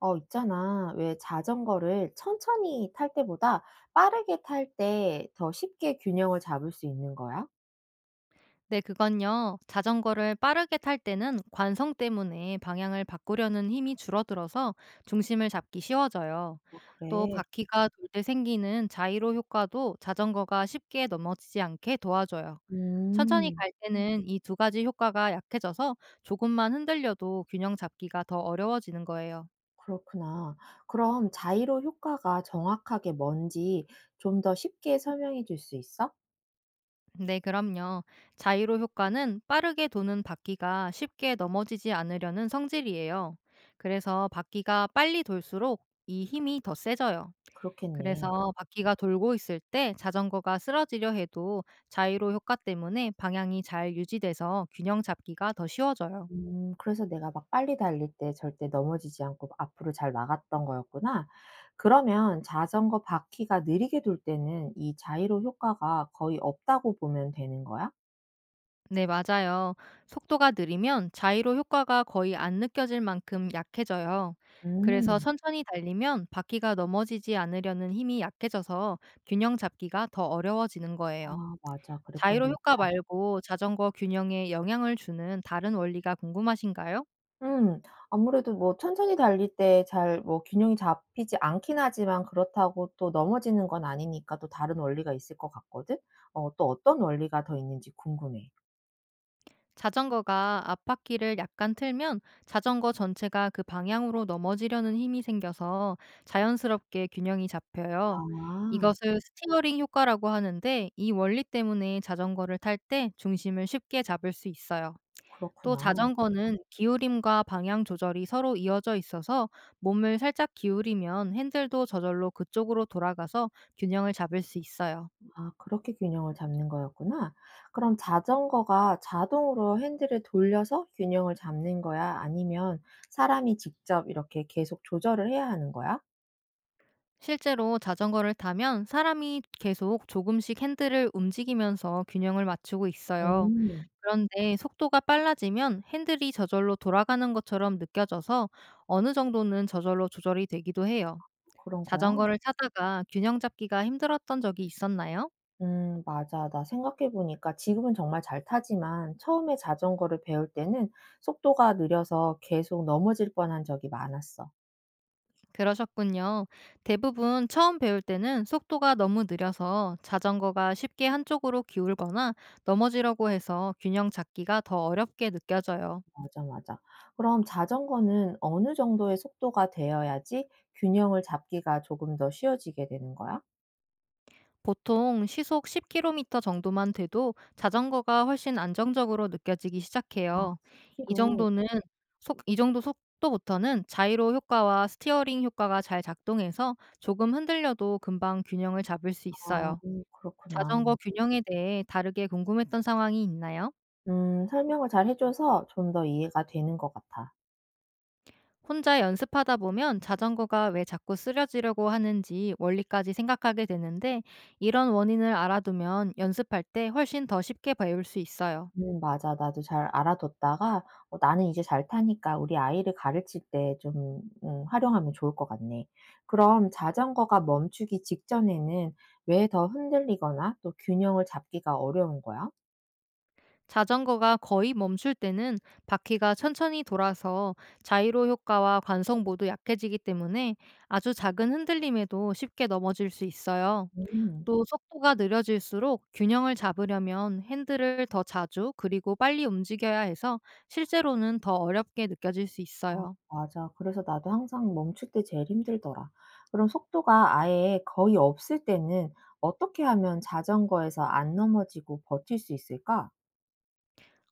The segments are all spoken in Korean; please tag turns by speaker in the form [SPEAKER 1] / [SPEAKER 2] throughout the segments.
[SPEAKER 1] 있잖아. 왜 자전거를 천천히 탈 때보다 빠르게 탈 때 더 쉽게 균형을 잡을 수 있는 거야?
[SPEAKER 2] 네, 그건요. 자전거를 빠르게 탈 때는 관성 때문에 방향을 바꾸려는 힘이 줄어들어서 중심을 잡기 쉬워져요.
[SPEAKER 1] 어
[SPEAKER 2] 또
[SPEAKER 1] 그래.
[SPEAKER 2] 바퀴가 돌 때 생기는 자이로 효과도 자전거가 쉽게 넘어지지 않게 도와줘요. 천천히
[SPEAKER 1] 음,
[SPEAKER 2] 갈 때는 이 두 가지 효과가 약해져서 조금만 흔들려도 균형 잡기가 더 어려워지는 거예요.
[SPEAKER 1] 그렇구나. 그럼 자이로 효과가 정확하게 뭔지 좀 더 쉽게 설명해 줄 수 있어?
[SPEAKER 2] 네, 그럼요. 자이로 효과는 빠르게 도는 바퀴가 쉽게 넘어지지 않으려는 성질이에요. 그래서 바퀴가 빨리 돌수록 이 힘이 더 세져요.
[SPEAKER 1] 그렇겠네.
[SPEAKER 2] 그래서 바퀴가 돌고 있을 때 자전거가 쓰러지려 해도 자이로 효과 때문에 방향이 잘 유지돼서 균형 잡기가 더 쉬워져요.
[SPEAKER 1] 그래서 내가 막 빨리 달릴 때 절대 넘어지지 않고 앞으로 잘 나갔던 거였구나. 그러면 자전거 바퀴가 느리게 돌 때는 이 자이로 효과가 거의 없다고 보면 되는 거야?
[SPEAKER 2] 네, 맞아요. 속도가 느리면 자이로 효과가 거의 안 느껴질 만큼 약해져요. 그래서
[SPEAKER 1] 음.
[SPEAKER 2] 천천히 달리면 바퀴가 넘어지지 않으려는 힘이 약해져서 균형 잡기가 더 어려워지는
[SPEAKER 1] 아
[SPEAKER 2] 거예요.
[SPEAKER 1] 맞아. 그랬던
[SPEAKER 2] 자이로
[SPEAKER 1] 것
[SPEAKER 2] 효과
[SPEAKER 1] 같아.
[SPEAKER 2] 말고 자전거 균형에 영향을 주는 다른 원리가 궁금하신가요?
[SPEAKER 1] 음. 아무래도 뭐 천천히 달릴 때 잘 뭐 균형이 잡히지 않긴 하지만 그렇다고 또 넘어지는 건 아니니까 또 다른 원리가 있을 것 같거든. 어 또 어떤 원리가 더 있는지 궁금해.
[SPEAKER 2] 자전거가 앞바퀴를 약간 틀면 자전거 전체가 그 방향으로 넘어지려는 힘이 생겨서 자연스럽게 균형이 잡혀요.
[SPEAKER 1] 아
[SPEAKER 2] 이것을 스티어링 효과라고 하는데, 이 원리 때문에 자전거를 탈 때 중심을 쉽게 잡을 수 있어요. 또
[SPEAKER 1] 그렇구나.
[SPEAKER 2] 자전거는 기울임과 방향 조절이 서로 이어져 있어서 몸을 살짝 기울이면 핸들도 저절로 그쪽으로 돌아가서 균형을 잡을 수 있어요.
[SPEAKER 1] 아 그렇게 균형을 잡는 거였구나. 그럼 자전거가 자동으로 핸들을 돌려서 균형을 잡는 거야? 아니면 사람이 직접 이렇게 계속 조절을 해야 하는 거야?
[SPEAKER 2] 실제로 자전거를 타면 사람이 계속 조금씩 핸들을 움직이면서 균형을 맞추고 있어요.
[SPEAKER 1] 음.
[SPEAKER 2] 그런데 속도가 빨라지면 핸들이 저절로 돌아가는 것처럼 느껴져서 어느 정도는 저절로 조절이 되기도 해요.
[SPEAKER 1] 그런 거야?
[SPEAKER 2] 자전거를 타다가 균형 잡기가 힘들었던 적이 있었나요?
[SPEAKER 1] 맞아. 나 생각해보니까 지금은 정말 잘 타지만 처음에 자전거를 배울 때는 속도가 느려서 계속 넘어질 뻔한 적이 많았어.
[SPEAKER 2] 그러셨군요. 대부분 처음 배울 때는 속도가 너무 느려서 자전거가 쉽게 한쪽으로 기울거나 넘어지려고 해서 균형 잡기가 더 어렵게 느껴져요.
[SPEAKER 1] 맞아, 맞아. 그럼 자전거는 어느 정도의 속도가 되어야지 균형을 잡기가 조금 더 쉬워지게 되는 거야?
[SPEAKER 2] 보통 시속 10km 정도만 돼도 자전거가 훨씬 안정적으로 느껴지기
[SPEAKER 1] 아,
[SPEAKER 2] 시작해요. 이
[SPEAKER 1] 10km.
[SPEAKER 2] 정도는 이 정도 속도부터는 자이로 효과와 스티어링 효과가 잘 작동해서 조금 흔들려도 금방 균형을 잡을 수
[SPEAKER 1] 아,
[SPEAKER 2] 있어요.
[SPEAKER 1] 그렇구나.
[SPEAKER 2] 자전거 균형에 대해 다르게 궁금했던 상황이 있나요?
[SPEAKER 1] 설명을 잘 해줘서 좀 더 이해가 되는 것 같아.
[SPEAKER 2] 혼자 연습하다 보면 자전거가 왜 자꾸 쓰러지려고 하는지 원리까지 생각하게 되는데, 이런 원인을 알아두면 연습할 때 훨씬 더 쉽게 배울 수 있어요.
[SPEAKER 1] 맞아. 나도 잘 알아뒀다가 어 나는 이제 잘 타니까 우리 아이를 가르칠 때 좀 활용하면 좋을 것 같네. 그럼 자전거가 멈추기 직전에는 왜 더 흔들리거나 또 균형을 잡기가 어려운 거야?
[SPEAKER 2] 자전거가 거의 멈출 때는 바퀴가 천천히 돌아서 자이로 효과와 관성 모두 약해지기 때문에 아주 작은 흔들림에도 쉽게 넘어질 수 있어요.
[SPEAKER 1] 음.
[SPEAKER 2] 또 속도가 느려질수록 균형을 잡으려면 핸들을 더 자주 그리고 빨리 움직여야 해서 실제로는 더 어렵게 느껴질 수
[SPEAKER 1] 아
[SPEAKER 2] 있어요.
[SPEAKER 1] 맞아. 그래서 나도 항상 멈출 때 제일 힘들더라. 그럼 속도가 아예 거의 없을 때는 어떻게 하면 자전거에서 안 넘어지고 버틸 수 있을까?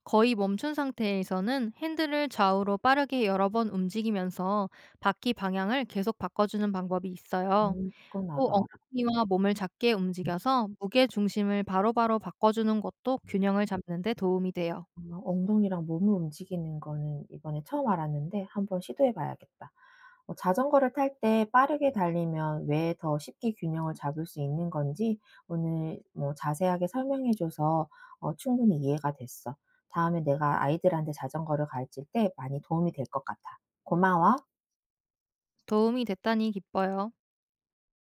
[SPEAKER 2] 거의 멈춘 상태에서는 핸들을 좌우로 빠르게 여러 번 움직이면서 바퀴 방향을 계속 바꿔주는 방법이 있어요.
[SPEAKER 1] 그건
[SPEAKER 2] 또
[SPEAKER 1] 나도 알아.
[SPEAKER 2] 엉덩이와 몸을 작게 움직여서 무게 중심을 바로바로 바꿔 주는 것도 균형을 잡는 데 도움이 돼요.
[SPEAKER 1] 어, 엉덩이랑 몸을 움직이는 거는 이번에 처음 알았는데 한번 시도해 봐야겠다. 어 자전거를 탈 때 빠르게 달리면 왜 더 쉽게 균형을 잡을 수 있는 건지 오늘 뭐 자세하게 설명해 줘서 어 충분히 이해가 됐어. 다음에 내가 아이들한테 자전거를 가르칠 때 많이 도움이 될 것 같아. 고마워.
[SPEAKER 2] 도움이 됐다니 기뻐요.